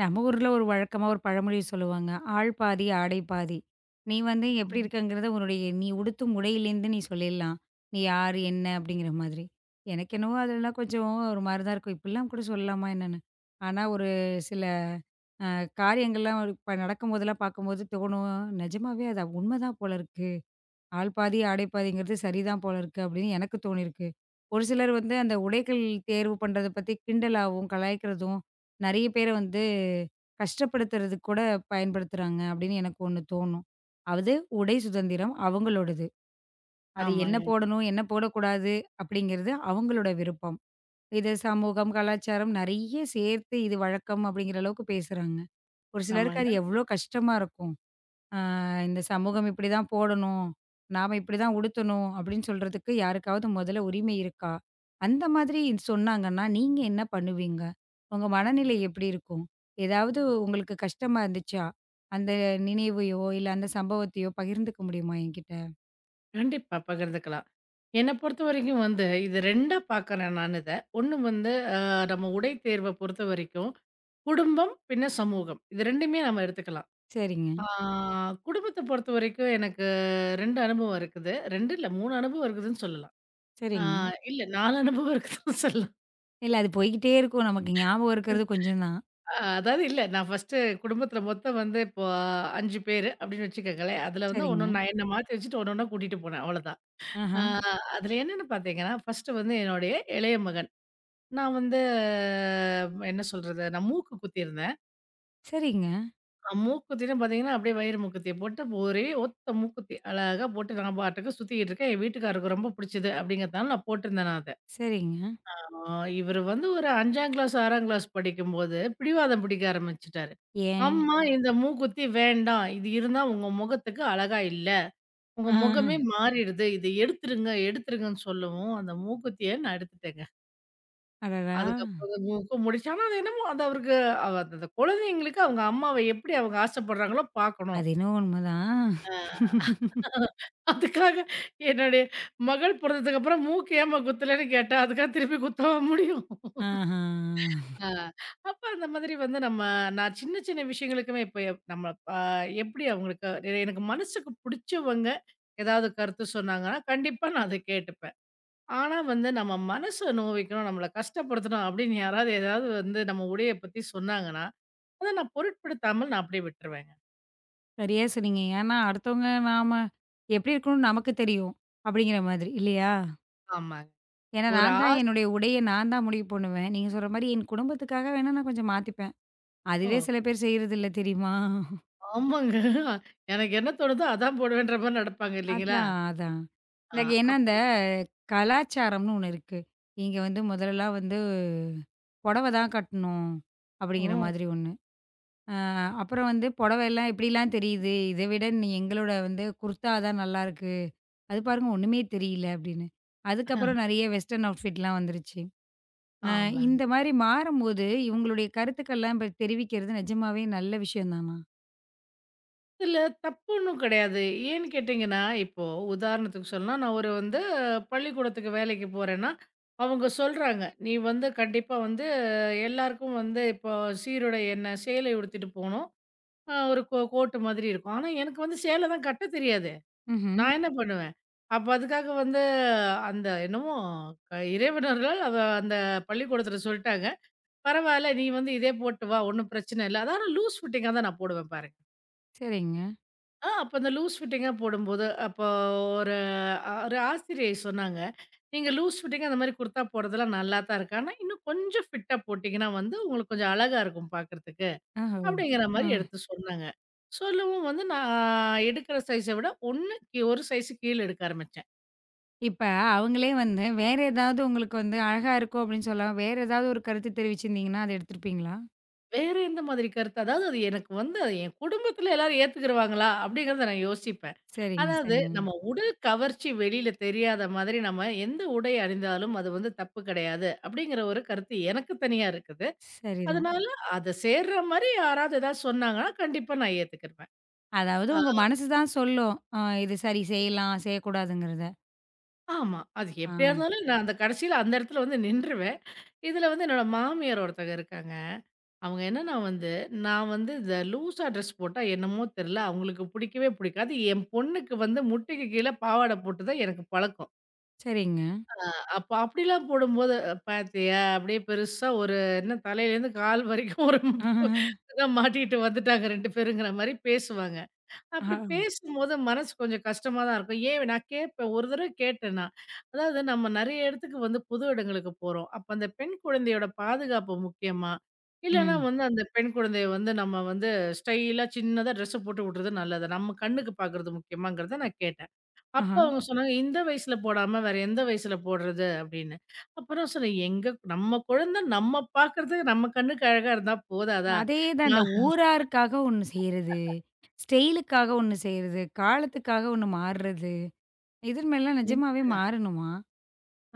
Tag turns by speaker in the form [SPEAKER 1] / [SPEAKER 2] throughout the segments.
[SPEAKER 1] நம்ம ஊர்ல ஒரு வழக்கமா ஒரு பழமொழி சொல்லுவாங்க. "ஆள் பாதி, ஆடை பாதி." நீ வந்து எப்படி இருக்கங்கிறத உன்னுடைய நீ உடுத்தும் உடையிலேருந்து நீ சொல்லிடலாம். நீ யாரு? என்ன? அப்படிங்கிற மாதிரி. எனக்கு என்னவோ அதெல்லாம் கொஞ்சம் ஒரு மாரி தான் இருக்கும். இப்படிலாம் கூட சொல்லலாமா என்னன்னு. ஆனா ஒரு சில அ காரியங்கள்லாம் ஒரு இப்ப நடக்கும்போதெல்லாம் பார்க்கும்போது தோணும். நிஜமாவே அது உண்ம தான் போல இருக்கு. ஆள் பாதி, ஆடை பாதிங்கிறது சரிதான் போல இருக்கு அப்படின்னு எனக்கு தோணியிருக்கு. ஒரு சிலர் வந்து அந்த உடைகள் தேர்வு பண்றத பத்தி கிண்டலாவும், கலாய்க்கிறதும், நெறைய பேர வந்து கஷ்டப்படுத்துறதுக்கு கூட பயன்படுத்துறாங்க அப்படின்னு எனக்கு ஒண்ணு தோணும். அது உடை சுதந்திரம் அவங்களோடது. அது என்ன
[SPEAKER 2] ஆமாங்க,
[SPEAKER 1] போடணும், என்ன போடக்கூடாது அப்படிங்கிறது அவங்களோட விருப்பம். இது சமூகம், கலாச்சாரம் நெறைய சேர்த்து இது வழக்கம் அப்படிங்கிற அளவுக்கு பேசுறாங்க. ஒரு சிலருக்கு
[SPEAKER 2] ஆமாங்க.
[SPEAKER 1] அது எவ்வளோ கஷ்டமா இருக்கும். ஆ இந்த சமூகம் இப்படிதான் போடணும், நாம இப்படிதான் உடுத்தணும் அப்படின்னு சொல்றதுக்கு யாருக்காவது முதல்ல உரிமை இருக்கா? அந்த மாதிரி சொன்னாங்கன்னா, நீங்க என்ன பண்ணுவீங்க? உங்க மனநிலை எப்படி இருக்கும்? ஏதாவது உங்களுக்கு கஷ்டமா இருந்துச்சா? அந்த நினைவையோ, இல்ல அந்த சம்பவத்தையோ பகிர்ந்துக்க முடியுமா என்கிட்ட?
[SPEAKER 2] கண்டிப்பா பகிர்ந்துக்கலாம். என்ன பொறுத்தவரைக்கும் வந்து, இது 2ஆ பார்க்குறேன் நான் இத. 1 வந்து நம்ம உடை தேர்வ பொறுத்தவரைக்கும், குடும்பம் பின்ன சமூகம். இது 2மே நம்ம எடுத்துக்கலாம்.
[SPEAKER 1] சரிங்க,
[SPEAKER 2] ஆ குடும்பத்த பொறுத்தவரைக்கும் எனக்கு 2 அனுபவம் இருக்குது. 2 இல்ல 3 அனுபவம் இருக்குதுன்னு சொல்லலாம். ஆ
[SPEAKER 1] சரிங்க.
[SPEAKER 2] இல்ல 4 அனுபவம் இருக்குதுன்னு சொல்லலாம்.
[SPEAKER 1] இல்ல அது போய்க்கிட்டே இருக்கும். நமக்கு ஞாபகம் இருக்கிறது கொஞ்சம் தான்.
[SPEAKER 2] அ அதாவது இல்ல நான் ஃபர்ஸ்ட்டு குடும்பத்தில மொத்தம் வந்து இப்போ 5 பேரு அப்படின்னு வச்சுக்கங்களேன். அதில வந்து
[SPEAKER 1] சரிங்க.
[SPEAKER 2] ஒண்ணு நான் என்ன மாத்தி வச்சுட்டு ஒண்ணு ஒண்ணா கூட்டிட்டு போனேன். அவ்வளதான். ஆ
[SPEAKER 1] ஆஹா.
[SPEAKER 2] அதில என்னன்னு பார்த்தீங்கன்னா, ஃபர்ஸ்ட்டு வந்து என்னுடைய இளைய மகன். நான் வந்து என்ன சொல்றது? நான் மூக்கு குத்திருந்தேன்.
[SPEAKER 1] சரிங்க,
[SPEAKER 2] மூக்கு குத்தின்னு பார்த்தீங்கன்னா, அப்படியே வயிறு மூக்குத்திய போட்டு ஒரே ஒத்த மூக்குத்தி. அழகா போட்டு நான் பாட்டுக்கு சுத்திக்கிட்டு இருக்கேன். என் வீட்டுக்காரருக்கு ரொம்ப புடிச்சது அப்படிங்கிறதுனால நான் போட்டிருந்தேன் நான் அத.
[SPEAKER 1] சரிங்க.
[SPEAKER 2] ஆ இவரு வந்து ஒரு 5ஆம் கிளாஸ், 6ஆம் கிளாஸ் படிக்கும்போது பிடிவாதம் பிடிக்க ஆரம்பிச்சுட்டாரு.
[SPEAKER 1] ஏன்?
[SPEAKER 2] அம்மா இந்த மூக்குத்தி வேண்டாம். இது இருந்தா உங்க முகத்துக்கு அழகா இல்ல. உங்க
[SPEAKER 1] ஆ.
[SPEAKER 2] முகமே மாறிடுது. இத எடுத்துருங்க, எடுத்துருங்கன்னு சொல்லவும், அந்த மூக்குத்திய நான் எடுத்துட்டேங்க.
[SPEAKER 1] அடடா!
[SPEAKER 2] அதுக்கப்புறம் மூக்க முடிச்சு. ஆனா, அது என்னமோ அவருக்கு அந்த குழந்தைங்களுக்கு அவங்க அம்மாவ எப்படி அவங்க ஆசைப்படுறாங்களோ பார்க்கணும்.
[SPEAKER 1] அது என்னவோ உண்மதான்.
[SPEAKER 2] ஆ. அதுக்காக என்னுடைய மகள் பொறந்ததுக்கு அப்புறம் மூக்கு ஏம்மா குத்தலன்னு கேட்டா, அதுக்காக திருப்பி குத்தவா முடியும்?
[SPEAKER 1] ஆஹா.
[SPEAKER 2] ஆ. அப்ப அந்த மாதிரி வந்து நான் சின்ன சின்ன விஷயங்களுக்குமே இப்ப நம்ம அ எப்படி அவங்களுக்கு எனக்கு மனசுக்கு புடிச்சவங்க ஏதாவது கருத்து சொன்னாங்கன்னா, கண்டிப்பா நான் அத கேட்டுப்பேன். ஆனா வந்து நம்ம மனச நோவிக்கணும், நம்மள கஷ்டப்படுத்தணும் அப்படின்னு யாராவது ஏதாவது வந்து நம்ம உடைய பத்தி சொன்னாங்கன்னா, அத நான் பொருட்படுத்தாமல் நான் அப்படியே விட்டுருவேங்க.
[SPEAKER 1] சரியா சொன்னீங்க. ஏன்னா, அடுத்தவங்க நாம எப்படி இருக்கணும்னு நமக்கு தெரியும். அப்படிங்கிற மாதிரி இல்லையா?
[SPEAKER 2] ஆமாங்க.
[SPEAKER 1] ஏன்னா
[SPEAKER 2] ஒரு
[SPEAKER 1] நான் தான்
[SPEAKER 2] ஆச
[SPEAKER 1] என்னுடைய உடைய நான் தான் முடிவு பண்ணுவேன். நீங்க சொல்ற மாரி என் குடும்பத்துக்காக வேணா நான் கொஞ்சம் மாத்திப்பேன்.
[SPEAKER 2] ஓ!
[SPEAKER 1] அதுவே சில பேர் செய்றதில்ல தெரியுமா?
[SPEAKER 2] ஆமாங்க. எனக்கு என்ன தோணுதோ அதான் போடுவேன்ற மாரி நடப்பாங்க இல்லைங்களா?
[SPEAKER 1] அதான், அதான்.
[SPEAKER 2] ஆ
[SPEAKER 1] எனக்கு ஏன்னா இந்த
[SPEAKER 2] அப்போ
[SPEAKER 1] கலாச்சாரம்னு ஒண்ணு இருக்கு. இங்க வந்து முதல்லலாம் வந்து புடவ தான் கட்டணும். அப்படிங்கிற
[SPEAKER 2] ம்.
[SPEAKER 1] மாதிரி ஒண்ணு. அ அப்புறம் வந்து புடவைலாம் இப்படிலாம் தெரியுது. இதை விட நீ எங்களோட வந்து குர்தா தான் நல்லாயிருக்கு. அது பாருங்க ஒண்ணுமே தெரியல அப்படின்னு. அதுக்கப்புறம் நிறைய வெஸ்டர்ன் அவுட்ஃபிட்லாம் வந்துருச்சு. அ
[SPEAKER 2] ஆமாங்க.
[SPEAKER 1] இந்த மாரி மாறும்போது இவங்களுடைய கருத்துக்கள்லாம் இப்ப தெரிவிக்கிறது நிஜமாவே நல்ல விஷயம் தானா?
[SPEAKER 2] இதுல தப்பு ஒண்ணும் கிடையாது. ஏன்னு கேட்டீங்கன்னா, இப்போ உதாரணத்துக்கு சொன்னா, நான் ஒரு வந்து பள்ளிக்கூடத்துக்கு வேலைக்கு போறேன்னா, அவங்க சொல்றாங்க, "நீ வந்து கண்டிப்பா வந்து எல்லாருக்கும் வந்து இப்போ சீருடை என்ன, சேலை உடுத்திட்டு போணும். ஒரு கோட்டு மாதிரி இருக்கும். ஆனா, எனக்கு வந்து சேலை தான் கட்ட தெரியாது.
[SPEAKER 1] ம்ஹ்ம்.
[SPEAKER 2] நான் என்ன பண்ணுவேன், அப்ப அதுக்காக வந்து அந்த என்னமோ இறைவனர்கள் அந்த பள்ளிக்கூடத்துல சொல்ட்டாங்க. "பரவால்ல, நீ வந்து இதே போட்டு வா, ஒண்ணும் பிரச்சனை இல்ல." அது ஆனா லூஸ் ஃபிட்டிங்கா தான் நான் போடுவேன் பாருங்க.
[SPEAKER 1] சரிங்க.
[SPEAKER 2] அப்ப அந்த லூஸ் ஃபிட்டிங்கா போடும்போது, அப்போ ஒரு ஒரு ஆசிரியை சொன்னாங்க, "நீங்க லூஸ் ஃபிட்டிங்கா அந்த மாரி குர்த்தா போடுறதெல்லாம் நல்லா தான் இருக்கு. ஆனா, இன்னும் கொஞ்சம் ஃபிட்டா போட்டீங்கன்னா வந்து உங்களுக்கு கொஞ்சம் அழகா இருக்கும் பாக்கறதுக்கு."
[SPEAKER 1] ஓஹோ!
[SPEAKER 2] அப்படிங்கிற மாரி
[SPEAKER 1] ம்.
[SPEAKER 2] எடுத்து சொன்னாங்க. சொல்லவும் வந்து நான் எடுக்கிற சைஸ விட 1 1 சைஸ் கீழ எடுக்க ஆரம்பிச்சேன்.
[SPEAKER 1] இப்ப அவங்களே வந்து வேற ஏதாவது உங்களுக்கு வந்து அழகா இருக்கும் அப்படின்னு சொல்லாம, வேற ஏதாவது ஒரு கருத்து தெரிவிச்சிருந்தீங்கன்னா, அத எடுத்துருப்பீங்களா?
[SPEAKER 2] வேற எந்த மாதிரி கருத்து அதாவது அது எனக்கு வந்து அது என் குடும்பத்தில எல்லாரும் ஏத்துக்கிருவாங்களா? அப்படிங்கிறத நான் யோசிப்பேன்.
[SPEAKER 1] சரிங்க,
[SPEAKER 2] அதாவது
[SPEAKER 1] சரிங்க.
[SPEAKER 2] நம்ம உடல் கவர்ச்சி வெளியில தெரியாத மாதிரி நம்ம எந்த உடை அணிந்தாலும் அது வந்து தப்பு கிடையாது. அப்படிங்கிற ஒரு கருத்து எனக்கு தனியா இருக்குது.
[SPEAKER 1] சரிதான்.
[SPEAKER 2] அதனால அத சேர்ற மாரி யாராவது ஏதாவது சொன்னாங்கன்னா, கண்டிப்பா நான் ஏத்துக்கிருவேன்.
[SPEAKER 1] அதாவது
[SPEAKER 2] ஆ
[SPEAKER 1] உங்க மனசு தான் சொல்லும். இது சரி செய்யலாம், செய்யக்கூடாதுங்கிறத.
[SPEAKER 2] ஆமா. அது
[SPEAKER 1] ஆ
[SPEAKER 2] எப்படியா இருந்தாலும் நான் அந்த கடைசியில அந்த இடத்துல வந்து நின்றுவேன். இதுல வந்து என்னோட மாமியார் ஒருத்தங்க இருக்காங்க. அவங்க என்னன்னா வந்து, நான் வந்து இந்த லூஸா ட்ரெஸ் போட்டா என்னமோ தெர்ல, அவங்களுக்கு பிடிக்கவே பிடிக்காது. என் பொண்ணுக்கு வந்து முட்டிக்கு கீழ பாவாடை போட்டு தான் எனக்கு பழக்கம்.
[SPEAKER 1] சரிங்க.
[SPEAKER 2] அ அப்ப அப்படிலாம் போடும்போது, "பாத்தியா அப்படியே பெருசா ஒரு என்ன தலையிலேருந்து கால் வரைக்கும் ஒரு
[SPEAKER 1] ஆஹா.
[SPEAKER 2] இத மாட்டிட்டு வந்துட்டாங்க 2 பேருங்கிற" மாரி பேசுவாங்க. அப்படி
[SPEAKER 1] ஆஹா.
[SPEAKER 2] பேசும்போது மனசு கொஞ்சம் கஷ்டமா தான் இருக்கும். ஏன் நான் கேட்பேன். ஒரு தடவ கேட்டேன் நான். அதாவது நம்ம நெறைய இடத்துக்கு வந்து புது இடங்களுக்கு போறோம். அப்ப அந்த பெண் குழந்தையோட பாதுகாப்பு முக்கியமா? இல்லன்னா
[SPEAKER 1] ம்.
[SPEAKER 2] வந்து அந்த பெண் குழந்தைய வந்து நம்ம வந்து ஸ்டைலா சின்னதா ட்ரெஸ் போட்டு விடுறது நல்லதா? நம்ம கண்ணுக்கு பார்க்கறது முக்கியமாங்கிறத நான் கேட்டேன். அப்ப
[SPEAKER 1] ஆஹா.
[SPEAKER 2] அவங்க சொன்னாங்க, "இந்த வயசுல போடாம வேற எந்த வயசுல போடுறது?" அப்படின்னு. அப்புறம் நான் சொன்னேன், "எங்க நம்ம குழந்தை நம்ம பார்க்கறதுக்கு நம்ம கண்ணுக்கு அழகா இருந்தா போதாதா?
[SPEAKER 1] அதே தான் இந்த ஊராருக்காக ஒண்ணு செய்றது, ஸ்டைலுக்காக ஒண்ணு செய்றது, காலத்துக்காக ஒண்ணு மாறுறது. இதன் மேலாம்
[SPEAKER 2] நான்"
[SPEAKER 1] நிஜமாவே மாறணுமா?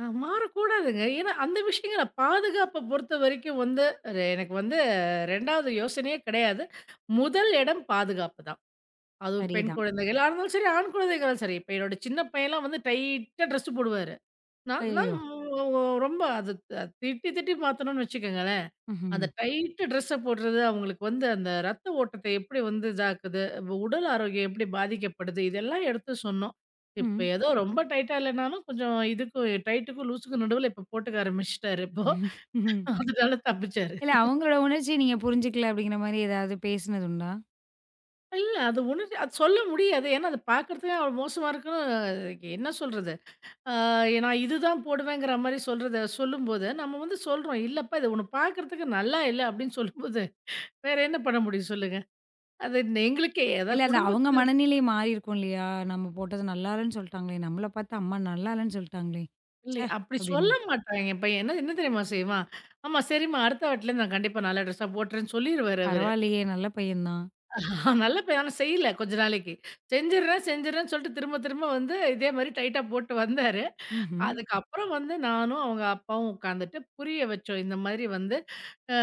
[SPEAKER 2] மாறக்கூடாதுங்க. ஏன்னா, அந்த விஷயங்கள பாதுகாப்ப பொறுத்தவரைக்கும் வந்து அது எனக்கு வந்து 2வது யோசனையே கிடையாது. முதல் இடம் பாதுகாப்பு தான். அதுவும் பெண்
[SPEAKER 1] சரிதான்.
[SPEAKER 2] குழந்தைகளா இருந்தாலும் சரி, ஆண் குழந்தைகளா சரி. இப்ப என்னோட சின்ன பையன்லாம் வந்து டைட்டா ட்ரெஸ் போடுவாரு. நான் தான்
[SPEAKER 1] ஐயயோ!
[SPEAKER 2] ரொம்ப அது திட்டி திட்டி மாத்தணும்னு வச்சுக்கோங்களேன்.
[SPEAKER 1] ம்ஹ்ம்.
[SPEAKER 2] அந்த டைட்டு ட்ரெஸ்ஸ போடுறது அவங்களுக்கு வந்து அந்த ரத்த ஓட்டத்த எப்படி வந்து இதாக்குது, உடல் ஆரோக்கியம் எப்படி பாதிக்கப்படுது, இதெல்லாம் எடுத்து சொன்னோம். இப்ப
[SPEAKER 1] ம்.
[SPEAKER 2] ஏதோ ரொம்ப டைட்டா இல்லனாலும் கொஞ்சம் இதுக்கும் டைட்டுக்கும், லூஸுக்கும் நடுவுல இப்ப போட்டுக்க ஆரம்பிச்சுட்டாரு இப்போ.
[SPEAKER 1] ம்ஹும்.
[SPEAKER 2] அதனால தப்பிச்சாரு.
[SPEAKER 1] இல்ல அவங்களோட உணர்ச்சிய நீங்க புரிஞ்சுக்கல அப்படிங்கிற மாரி ஏதாவது பேசினது உண்டா?
[SPEAKER 2] இல்ல அது உணர்ச்சி அது சொல்ல முடியாது. ஏன்னா அது பார்க்கறதுக்கே அவ்ளோ மோசமா இருக்குன்னு என்ன சொல்றது? ஆ நான் இதுதான் போடுவேங்கிற மாரி சொல்றத சொல்லும்போது, நம்ம வந்து சொல்றோம், "இல்லப்பா இது உன்ன பார்க்கறதுக்கு நல்லா இல்ல" அப்படின்னு சொல்லும்போது, வேற என்ன பண்ண முடியும் சொல்லுங்க? அது எங்களுக்கே
[SPEAKER 1] இல்ல
[SPEAKER 2] அதான்
[SPEAKER 1] அது
[SPEAKER 2] குடும்ப
[SPEAKER 1] அவங்க மனநிலை மாறியிருக்கும் இல்லையா? நம்ம போட்டது நல்லா இல்லன்னு சொல்ட்டாங்களே! நம்மள பார்த்து அம்மா நல்லா இல்லன்னு சொல்ட்டாங்களே!
[SPEAKER 2] இல்லை.
[SPEAKER 1] ச்சே!
[SPEAKER 2] அப்படி
[SPEAKER 1] அப்படின்னு.
[SPEAKER 2] சொல்ல மாட்டாய்ங்க. என் பையன் என்ன என்ன தெரியுமா செய்வான்? "ஆமா சரிம்மா, அடுத்த வாட்டிலேருந்து நான் கண்டிப்பா நல்ல ட்ரெஸ்ஸா போட்டுறேன்னு" சொல்லிருவாரு அவரு.
[SPEAKER 1] பரவாயில்லையே! நல்ல பையன் தான்.
[SPEAKER 2] நல்ல பையன் ஆனா செய்யல கொஞ்ச நாளைக்கு. செஞ்சுடுறேன் செஞ்சுடுறேன்னு சொல்லிட்டு திரும்ப திரும்ப வந்து இதே மாரி டைட்டா போட்டு வந்தாரு.
[SPEAKER 1] ம்ஹ்ம்.
[SPEAKER 2] அதுக்கப்புறம் வந்து நானும் அவங்க அப்பாவும் உட்காந்துட்டு புரிய வச்சோம். இந்த மாதிரி வந்து அ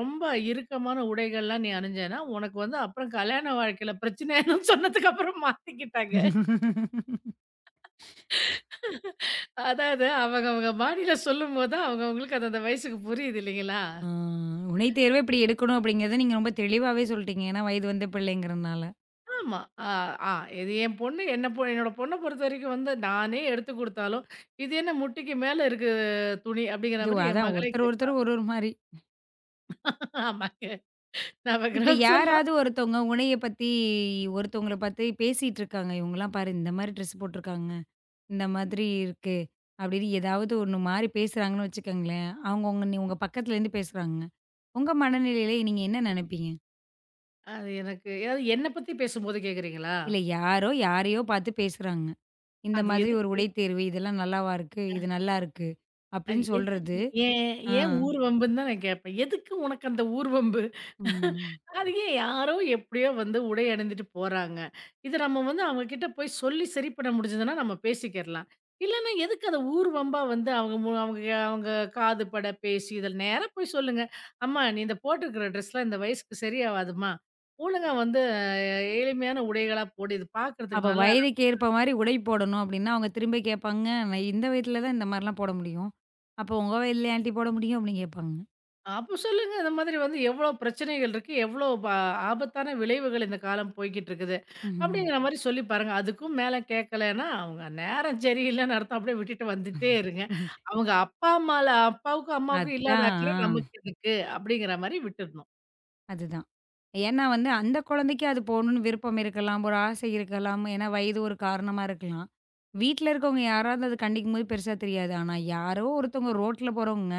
[SPEAKER 2] ரொம்ப இறுக்கமான உடைகள்லாம் நீ அணிஞ்சேன்னா, உனக்கு வந்து அப்புறம் கல்யாண வாழ்க்கையில பிரச்சனை ஆயிடும்னு சொன்னதுக்கு அப்புறம் மாத்திக்கிட்டாங்க. அதாவது அவங்கவங்க பாடியில சொல்லும்போது தான் அவங்கவங்களுக்கு அந்தந்த வயசுக்கு புரியுது இல்லைங்களா?
[SPEAKER 1] ஆ "உனைத் தேர்வே இப்படி எடுக்கணும்" அப்படிங்கிறத நீங்க ரொம்ப தெளிவாவே சொல்ட்டீங்க. ஏன்னா வயது வந்த பிள்ளைங்கிறனால.
[SPEAKER 2] ஆமா. ஆ, ஆ இது என் பொண்ணு என்ன என்னோட பொண்ண பொறுத்த வரைக்கும் வந்து நானே எடுத்து குடுத்தாலும், "இது என்ன முட்டிக்கு மேல இருக்கு துணி" அப்படிங்கிற
[SPEAKER 1] அது
[SPEAKER 2] மாரி என்
[SPEAKER 1] அதான்
[SPEAKER 2] மகளே
[SPEAKER 1] ஒருத்தர்
[SPEAKER 2] கேட்பா.
[SPEAKER 1] ஒருத்தர் ஒரு ஒரு மாரி.
[SPEAKER 2] ஆமாங்க.
[SPEAKER 1] இப்ப
[SPEAKER 2] நவக்கிரகம் சொல்லலாம்.
[SPEAKER 1] யாராவது ஒருத்தவங்க உனைய பத்தி ஒருத்தவங்கள பார்த்து பேசிட்டு இருக்காங்க. இவங்கலாம் பாரு இந்த மாரி ட்ரெஸ் போட்டுருக்காங்க. இந்த மாதிரி இருக்கு. அப்படின்னு ஏதாவது ஒண்ணு மாறி பேசுறாங்கன்னு வச்சுக்கோங்களேன். அவங்க உங்க பக்கத்துலேருந்து பேசுறாங்க. உங்க மனநிலையில நீங்க என்ன நெனைப்பீங்க?
[SPEAKER 2] அது எனக்கு அதாவது என்ன பத்தி பேசும்போது கேட்கிறீங்களா?
[SPEAKER 1] இல்ல யாரோ யாரையோ பார்த்து பேசுறாங்க. இந்த
[SPEAKER 2] அது
[SPEAKER 1] மாதிரி ஒரு
[SPEAKER 2] எதுக்கு
[SPEAKER 1] உடை தேர்வு இதெல்லாம் நல்லாவா இருக்கு? இது நல்லா இருக்கு.
[SPEAKER 2] அது
[SPEAKER 1] அப்படின்னு சொல்றது.
[SPEAKER 2] எதுக்கு? ஏன்
[SPEAKER 1] ஆ.
[SPEAKER 2] ஏன் ஊர் வம்புன்னு தான் நான் கேட்பேன். எதுக்கு உனக்கு அந்த ஊர் வம்பு?
[SPEAKER 1] ம்.
[SPEAKER 2] அது ஏன் யாரோ எப்படியோ வந்து உடை அணிந்துட்டு போறாங்க. இத நம்ம வந்து அவங்க கிட்ட போய் சொல்லி சரி பண்ண முடிஞ்சதுன்னா நம்ம பேசிக்கிறலாம். இல்லன்னா எதுக்கு அத ஊர் வம்பா வந்து அவங்க அவங்க அவங்க காதுபட பேசி இதில நேரா போய் சொல்லுங்க. "அம்மா நீ இந்த போட்டிருக்கிற ட்ரெஸ்லாம் இந்த வயசுக்கு சரியாவாதும்மா. ஒழுங்கா வந்து எளிமையான உடைகளா போடு. இது
[SPEAKER 1] அப்ப
[SPEAKER 2] பார்க்கறதுக்கு நல்லா
[SPEAKER 1] வயதுக்கு ஏற்ப மாரி உடை போடணும் அப்படின்னா, அவங்க திரும்ப கேட்பாங்க. நான் இந்த வயதில தான் இந்த மாரிலாம் போட முடியும். அப்போ உங்க வயதில ஏன்டி போட முடியும்? அப்படின்னு கேட்பாங்க.
[SPEAKER 2] அப்ப சொல்லுங்க. இந்த மாதிரி வந்து எவ்ளோ பிரச்சனைகள் இருக்கு, எவ்ளோ ஆபத்தான விளைவுகள் இந்த காலம் போய்க்கிட்டு இருக்குது.
[SPEAKER 1] ம்ஹ்ம்.
[SPEAKER 2] அப்படிங்கிற மாரி சொல்லி பாருங்க. அதுக்கும் மேல கேட்கலன்னா, அவங்க நேரம் சரியில்லன்னு அர்த்தம். அப்படியே விட்டுட்டு வந்துட்டே இருங்க. அவங்க அப்பா அம்மால அப்பாவுக்கும், அம்மாவுக்கும் இல்லாத
[SPEAKER 1] அதான்.
[SPEAKER 2] அக்கறை
[SPEAKER 1] ஆ.
[SPEAKER 2] நமக்கு இருக்கு அப்படிங்கிற மாரி விட்டுறணும்.
[SPEAKER 1] அதுதான். ஏன்னா வந்து அந்த குழந்தைக்கு அது போடணும்னு விருப்பம் இருக்கலாம், ஒரு ஆசை இருக்கலாம். ஏன்னா வயது ஒரு காரணமா இருக்கலாம். வீட்ல இருக்கவங்க யாராவது அது கண்டிக்கும்போது பெருசா தெரியாது. ஆனா யாரோ ஒருத்தவங்க ரோட்ல போறவங்க,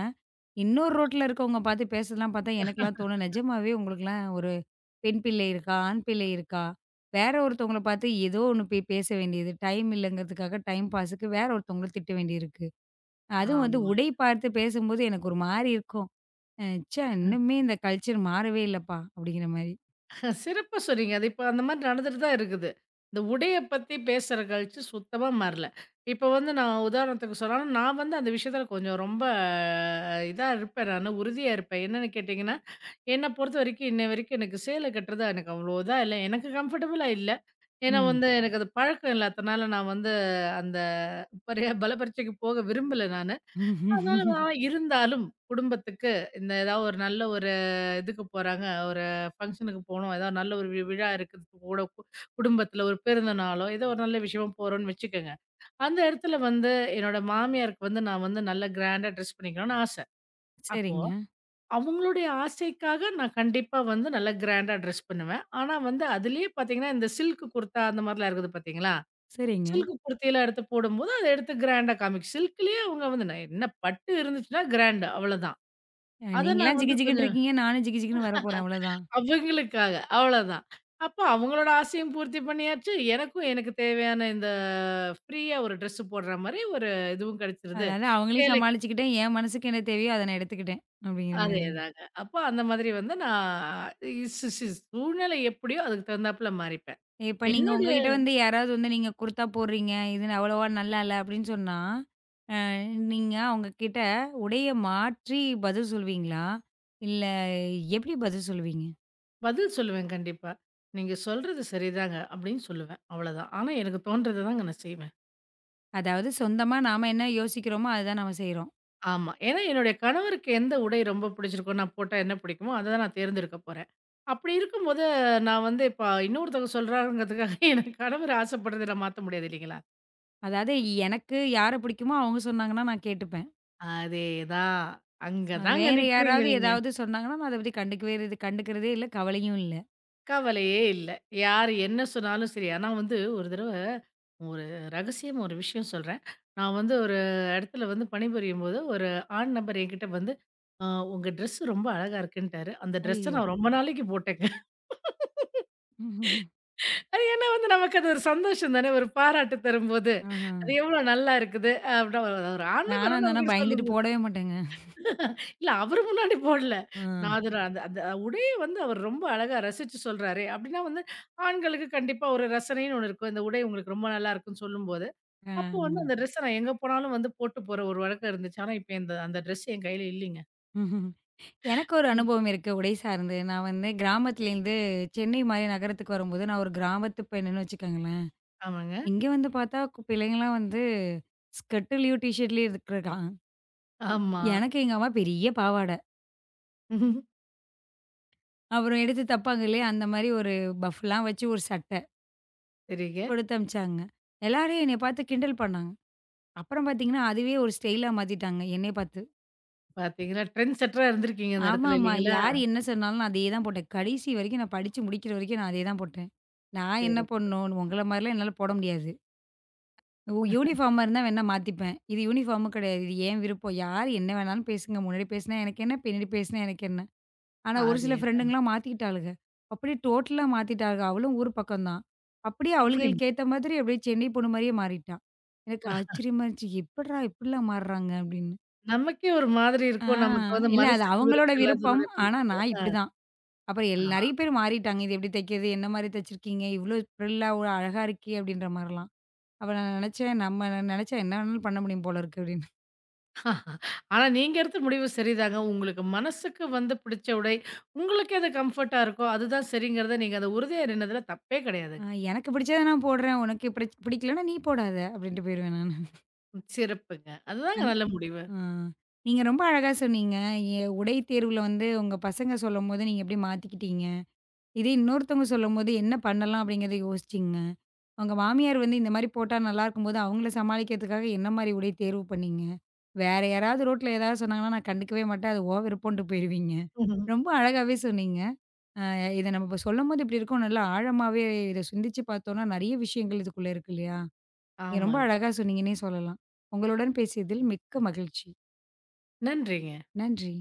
[SPEAKER 1] இன்னொரு ரோட்ல இருக்கவங்க பார்த்து பேசுறதெல்லாம் பார்த்தா எனக்கெல்லாம் தோணும். நிஜமாவே உங்களுக்கெல்லாம் ஒரு பெண் பிள்ளை இருக்கா? ஆண் பிள்ளை இருக்கா? வேற ஒருத்தவங்கள பார்த்து ஏதோ ஒண்ணு போய் பேச வேண்டியது. டைம் இல்லைங்கிறதுக்காக டைம் பாஸுக்கு வேற ஒருத்தவங்கள திட்ட வேண்டியிருக்கு. அதுவும் வந்து உடை
[SPEAKER 2] ஆமாங்க.
[SPEAKER 1] பார்த்து பேசும்போது எனக்கு ஒரு மாரி இருக்கும். அ ச்சே! இன்னுமே இந்த கல்ச்சர் மாறவே இல்லப்பா! அப்படிங்கிற மாரி.
[SPEAKER 2] சிறப்பா சொன்னீங்க. அது இப்ப அந்த மாரி நடந்துட்டு தான் இருக்குது. இந்த உடைய பத்தி பேசுற கழிச்சு சுத்தமா மாறல. இப்ப வந்து நான் உதாரணத்துக்கு சொல்லணும், நான் வந்து அந்த விஷயத்துல கொஞ்சம் ரொம்ப இதா இருப்பேன் நானு, உறுதியா இருப்பேன். என்னன்னு கேட்டீங்கன்னா என்ன பொறுத்த வரைக்கும் இன்ன வரைக்கும் எனக்கு சேலை கட்டுறது எனக்கு அவ்வளோ இதா இல்ல. எனக்கு கம்ஃபர்டபுளா இல்ல. ஏன்னா
[SPEAKER 1] ம்.
[SPEAKER 2] வந்து எனக்கு அது பழக்கம் இல்லாதனால நான் வந்து அந்த பரிய பலப்பரீட்சைக்கு போக விரும்பல நானு. அதனால நான் இருந்தாலும் குடும்பத்துக்கு இந்த ஏதாவது ஒரு நல்ல ஒரு இதுக்கு போறாங்க, ஒரு ஃபங்ஷனுக்கு போணும், ஏதாவது நல்ல ஒரு விழா இருக்குது கூட கு குடும்பத்துல ஒரு பிறந்த நாளோ, ஏதோ ஒரு நல்ல விஷயமா போறோம்னு வச்சுக்கங்க. அந்த இடத்துல வந்து என்னோட மாமியாருக்கு வந்து நான் வந்து நல்ல கிராண்டா ட்ரெஸ் பண்ணிக்கணும்னு ஆசை. அப்போ
[SPEAKER 1] சரிங்க,
[SPEAKER 2] அவங்களுடைய ஆசைக்காக நான் கண்டிப்பா வந்து நல்லா கிராண்டா ட்ரெஸ் பண்ணுவேன். ஆனா வந்து அதிலேயே பார்த்தீங்கன்னா, இந்த சில்க் குர்தா அந்த மாரிலாம் இருக்குது பார்த்தீங்களா?
[SPEAKER 1] சரிங்க.
[SPEAKER 2] சில்க் குர்த்திலாம் எடுத்து போடும்போது, அத எடுத்து கிராண்டா காமிக்கும். சில்க்லேயே அவங்க வந்து நான் என்ன பட்டு இருந்துச்சுன்னா கிராண்ட் அவ்வளோதான். அத நான்
[SPEAKER 1] நீங்கலாம் ஜிகு
[SPEAKER 2] வந்து
[SPEAKER 1] ஜிகுன்னு
[SPEAKER 2] கொஞ்சம்
[SPEAKER 1] இருக்கீங்க. நானும் ஜிகு ஜிகுன்னு வரப்போறேன் அவ்வளோதான்.
[SPEAKER 2] அவங்களுக்காக அவ்வளோதான். அப்ப அவங்களோட ஆசையும் பூர்த்தி பண்ணியாச்சு. எனக்கும் எனக்கு தேவையான இந்த ஃப்ரீயா ஒரு ட்ரெஸ் போடுற மாரி ஒரு இதுவும் கிடைச்சிருது.
[SPEAKER 1] அதனால அவங்களையும்
[SPEAKER 2] சேலை
[SPEAKER 1] சமாளிச்சுக்கிட்டேன். என் மனசுக்கு என்ன தேவையோ அத நான் எடுத்துக்கிட்டேன். அப்படிங்கிற மாரி.
[SPEAKER 2] அதேதாங்க. அப்போ அந்த மாதிரி வந்து நான் ஸ் ஸ் சூழ்நிலை எப்படியோ அதுக்கு தகுந்தாப்புல மாறிப்பேன்.
[SPEAKER 1] இப்ப நீங்க
[SPEAKER 2] என்னுடைய
[SPEAKER 1] உங்ககிட்ட வந்து யாராவது வந்து நீங்க குர்தா போடுறீங்க, இது அவ்வளவா நல்லா இல்ல அப்படின்னு சொன்னா, அ நீங்க அவங்க கிட்ட உடைய மாற்றி பதில் சொல்லுவீங்களா? இல்ல எப்படி பதில் சொல்லுவீங்க?
[SPEAKER 2] பதில் சொல்லுவேன் கண்டிப்பா. "நீங்க சொல்றது சரிதாங்க" அப்படின்னு சொல்லுவேன். அவ்வளோதான். ஆனா எனக்கு தோன்றத தாங்க நான் செய்வேன்.
[SPEAKER 1] அதாவது சொந்தமா நாம என்ன யோசிக்கிறோமோ அதுதான் நாம செய்றோம்.
[SPEAKER 2] ஆமா. ஏன்னா என்னுடைய கணவருக்கு எந்த உடை ரொம்ப பிடிச்சிருக்கோ, நான் போட்டா என்ன பிடிக்குமோ, அத தான் நான் தேர்ந்தெடுக்க போறேன். அப்படி இருக்கும்போது நான் வந்து இப்ப இன்னொருத்தவங்க சொல்றாங்கங்கிறதுக்காக என் கணவர் ஆசைப்படுறத நான் மாத்த முடியாது இல்லைங்களா?
[SPEAKER 1] அதாவது எனக்கு யார பிடிக்குமோ அவங்க சொன்னாங்கன்னா நான் கேட்டுப்பேன்.
[SPEAKER 2] அதேதான். அங்க தாங்க
[SPEAKER 1] வேற
[SPEAKER 2] நிக்கிறீங்க
[SPEAKER 1] யாராவது
[SPEAKER 2] நீங்க.
[SPEAKER 1] ஏதாவது சொன்னாங்கன்னா, நான் அத பத்தி கண்டுக்கவே இது கண்டுக்கிறதே இல்ல, கவலையும் இல்ல.
[SPEAKER 2] கவலையே இல்ல. யார் என்ன சொன்னாலும் சரி. ஆனா வந்து ஒரு தடவ ஒரு ரகசியம் ஒரு விஷயம் சொல்றேன். நான் வந்து ஒரு இடத்துல வந்து பணிபுரியும்போது, ஒரு ஆண் நபர் என்கிட்ட வந்து, "அ உங்க ட்ரெஸ் ரொம்ப அழகா இருக்குன்ட்டாரு." அந்த ட்ரெஸ்ஸ
[SPEAKER 1] ஐயய்யோ!
[SPEAKER 2] நான் ரொம்ப நாளைக்கு போட்டேங்க. அது ஏன்னா வந்து நமக்கு அது ஒரு சந்தோஷம் தானே! ஒரு பாராட்டு தரும்போது.
[SPEAKER 1] ஆஹா.
[SPEAKER 2] அது எவ்ளோ நல்லா இருக்குது. அப்டின்னா ஒரு ஆண் நபர்
[SPEAKER 1] நானா
[SPEAKER 2] வந்து
[SPEAKER 1] இருந்தேன்னா
[SPEAKER 2] நம்மகிட்ட
[SPEAKER 1] பயந்துட்டு
[SPEAKER 2] சொல்லும்போது
[SPEAKER 1] போடவே மாட்டேங்க.
[SPEAKER 2] இல்ல அவரு முன்னாடி போடல.
[SPEAKER 1] ஆ.
[SPEAKER 2] நான் அதுல அந்த அந்த உடைய வந்து அவர் ரொம்ப அழகா ரசிச்சு சொல்றாரே! அப்டின்னா வந்து ஆண்களுக்கு கண்டிப்பா ஒரு ரசனைன்னு ஒண்ணு இருக்கும். இந்த உடை உங்களுக்கு ரொம்ப நல்லா இருக்குன்னு சொல்லும்போது,
[SPEAKER 1] ஆ.
[SPEAKER 2] அப்போ வந்து அந்த ட்ரெஸ்ஸ நான் எங்க போனாலும் வந்து போட்டு போற ஒரு வழக்கம் இருந்துச்சு. ஆனா இப்ப இந்த அந்த ட்ரெஸ் என் கையில இல்லீங்க.
[SPEAKER 1] எனக்கு ஒரு அனுபவம் இருக்கு, உடை சார்ந்து. நான் வந்து கிராமத்துலேருந்து சென்னை மாரி நகரத்துக்கு வரும்போது, நான் ஒரு கிராமத்து பெண்ணுன்னு வச்சுக்கோங்களேன்.
[SPEAKER 2] ஆமாங்க.
[SPEAKER 1] இங்க வந்து பார்த்தா பிள்ளைங்கலாம் வந்து ஸ்கர்ட்லயும், டீ ஷர்ட்லயும் இருக்கிறான்.
[SPEAKER 2] ஆமா.
[SPEAKER 1] எனக்கு எங்க அம்மா பெரிய பாவாட.
[SPEAKER 2] ம்ஹும்.
[SPEAKER 1] அப்புறம் எடுத்து தப்பாங்க இல்லையா, அந்த மாரி ஒரு பஃப்லாம் வச்சு ஒரு சட்டை
[SPEAKER 2] சரிங்க.
[SPEAKER 1] கொடுத்து அனுப்பிச்சாங்க. எல்லாரும் என்னைய பார்த்து கிண்டல் பண்ணாங்க. அப்புறம் பார்த்தீங்கன்னா, அதுவே ஒரு ஸ்டைலா மாத்திட்டாங்க என்னைய பார்த்து.
[SPEAKER 2] பார்த்தீங்களா? ட்ரெண்ட் செட்டரா இருந்திருக்கீங்க அந்த இடத்துல
[SPEAKER 1] ஆமாமா.
[SPEAKER 2] இல்லீங்களா?
[SPEAKER 1] யார் என்ன சொன்னாலும் நான் அதே தான் போட்டேன். கடைசி வரைக்கும் நான் படிச்சு முடிக்கிற வரைக்கும் நான் அதே தான் போட்டேன். நான் என்ன
[SPEAKER 2] சரி.
[SPEAKER 1] பண்ணணும், உங்கள மாரிலாம் என்னால போட முடியாது. யூனிஃபார்மா இருந்தா வேணா மாத்திப்பேன். இது யூனிஃபார்மும் கிடையாது. இது என் விருப்பம். யார் என்ன வேணாலும் பேசுங்க. முன்னாடி பேசினா எனக்கு என்ன, பின்னாடி பேசினா எனக்கு என்ன. ஆனா, ஒரு சில
[SPEAKER 2] அதேதாங்க.
[SPEAKER 1] ஃப்ரெண்டுங்கலாம் மாத்திக்கிட்டாளுக. அப்படியே டோட்டலா மாத்திட்டாளுக. அவளும் ஊர் பக்கம் தான். அப்படியே
[SPEAKER 2] அப்டிங்க.
[SPEAKER 1] அவளுகளுக்கு ஏத்த மாதிரி அப்படியே சென்னை பொண்ணு மாரியே மாறிட்டா. எனக்கு ஆச்சரியமா இருந்துச்சு. எப்புட்றா இப்படிலாம் மாறுறாங்க அப்படின்னு.
[SPEAKER 2] நமக்கே ஒரு மாதிரி
[SPEAKER 1] ஆ,
[SPEAKER 2] இருக்கும். நமக்கு வந்து
[SPEAKER 1] இல்ல அது
[SPEAKER 2] மனசுக்கு
[SPEAKER 1] அவங்களோட
[SPEAKER 2] விருப்பம்
[SPEAKER 1] விருப்பம்.
[SPEAKER 2] இல்லாதவருடைய
[SPEAKER 1] ஆனா
[SPEAKER 2] பண்றது.
[SPEAKER 1] நான் இப்படிதான். அப்புறம்
[SPEAKER 2] ஆ.
[SPEAKER 1] நெறைய பேர் மாறிட்டாங்க. இது எப்படி தைக்கிறது? என்ன மாரி தச்சிருக்கீங்க? இவ்ளோ ப்ரில்லா ஒரு அழகா இருக்கே! அப்படின்ற மாரிலாம். அப்ப நான் நெனச்சேன், நம்ம நெனச்சா என்ன வேணாலும் பண்ண முடியும் போல இருக்கு அப்படின்னு.
[SPEAKER 2] ஆஹா. ஆனா நீங்க எடுத்த முடிவு சரிதாங்க. உங்களுக்கு மனசுக்கு வந்து பிடிச்ச உடை, உங்களுக்கு எது கம்ஃபர்ட்டா இருக்கோ, அதுதான் சரிங்கிறத நீங்க அத உறுதியா நின்னதுல தப்பே
[SPEAKER 1] அ
[SPEAKER 2] கிடையாதுங்க.
[SPEAKER 1] எனக்கு பிடிச்சத நான் போடுறேன். உனக்கு பிடிக்கலன்னா நீ போடாத அப்படின்ட்டு போயிருவேன் நானு.
[SPEAKER 2] ம் சிறப்புங்க. அதுதாங்க
[SPEAKER 1] அந்
[SPEAKER 2] நல்ல முடிவு.
[SPEAKER 1] ஆ. நீங்க ரொம்ப அழகா சொன்னீங்க. உடை தேர்வுல வந்து உங்க பசங்க சொல்லும்போது நீங்க எப்படி மாத்திக்கிட்டீங்க? இதே இன்னொருத்தவங்க சொல்லும்போது என்ன பண்ணலாம் அப்படிங்கிறத யோசிச்சீங்க? உங்க மாமியார் வந்து இந்த மாரி போட்டா நல்லாருக்கும்போது, அவங்கள சமாளிக்கிறதுக்காக என்ன மாரி உடை தேர்வு பண்ணீங்க? வேற யாராவது ரோட்ல ஏதாவது சொன்னாங்கன்னா, நான் கண்டுக்கவே மாட்டேன். அது உன் விருப்பம்ன்ட்டு போயிருவீங்க.
[SPEAKER 2] ம்ஹும்.
[SPEAKER 1] ரொம்ப அழகாவே சொன்னீங்க. அ இத நம்ம இப்ப சொல்லும்போது இப்படி இருக்கும். நல்லா ஆழமாவே இத சிந்திச்சு பார்த்தோம்னா, நெறைய விஷயங்கள் இதுக்குள்ள இருக்கு இல்லையா? நீங்க ரொம்ப
[SPEAKER 2] ஆமாங்க.
[SPEAKER 1] அழகா சொன்னீங்கன்னே சொல்லலாம். உங்களுடன் பேசியதில் மிக்க மகிழ்ச்சி.
[SPEAKER 2] நன்றிங்க.
[SPEAKER 1] நன்றி.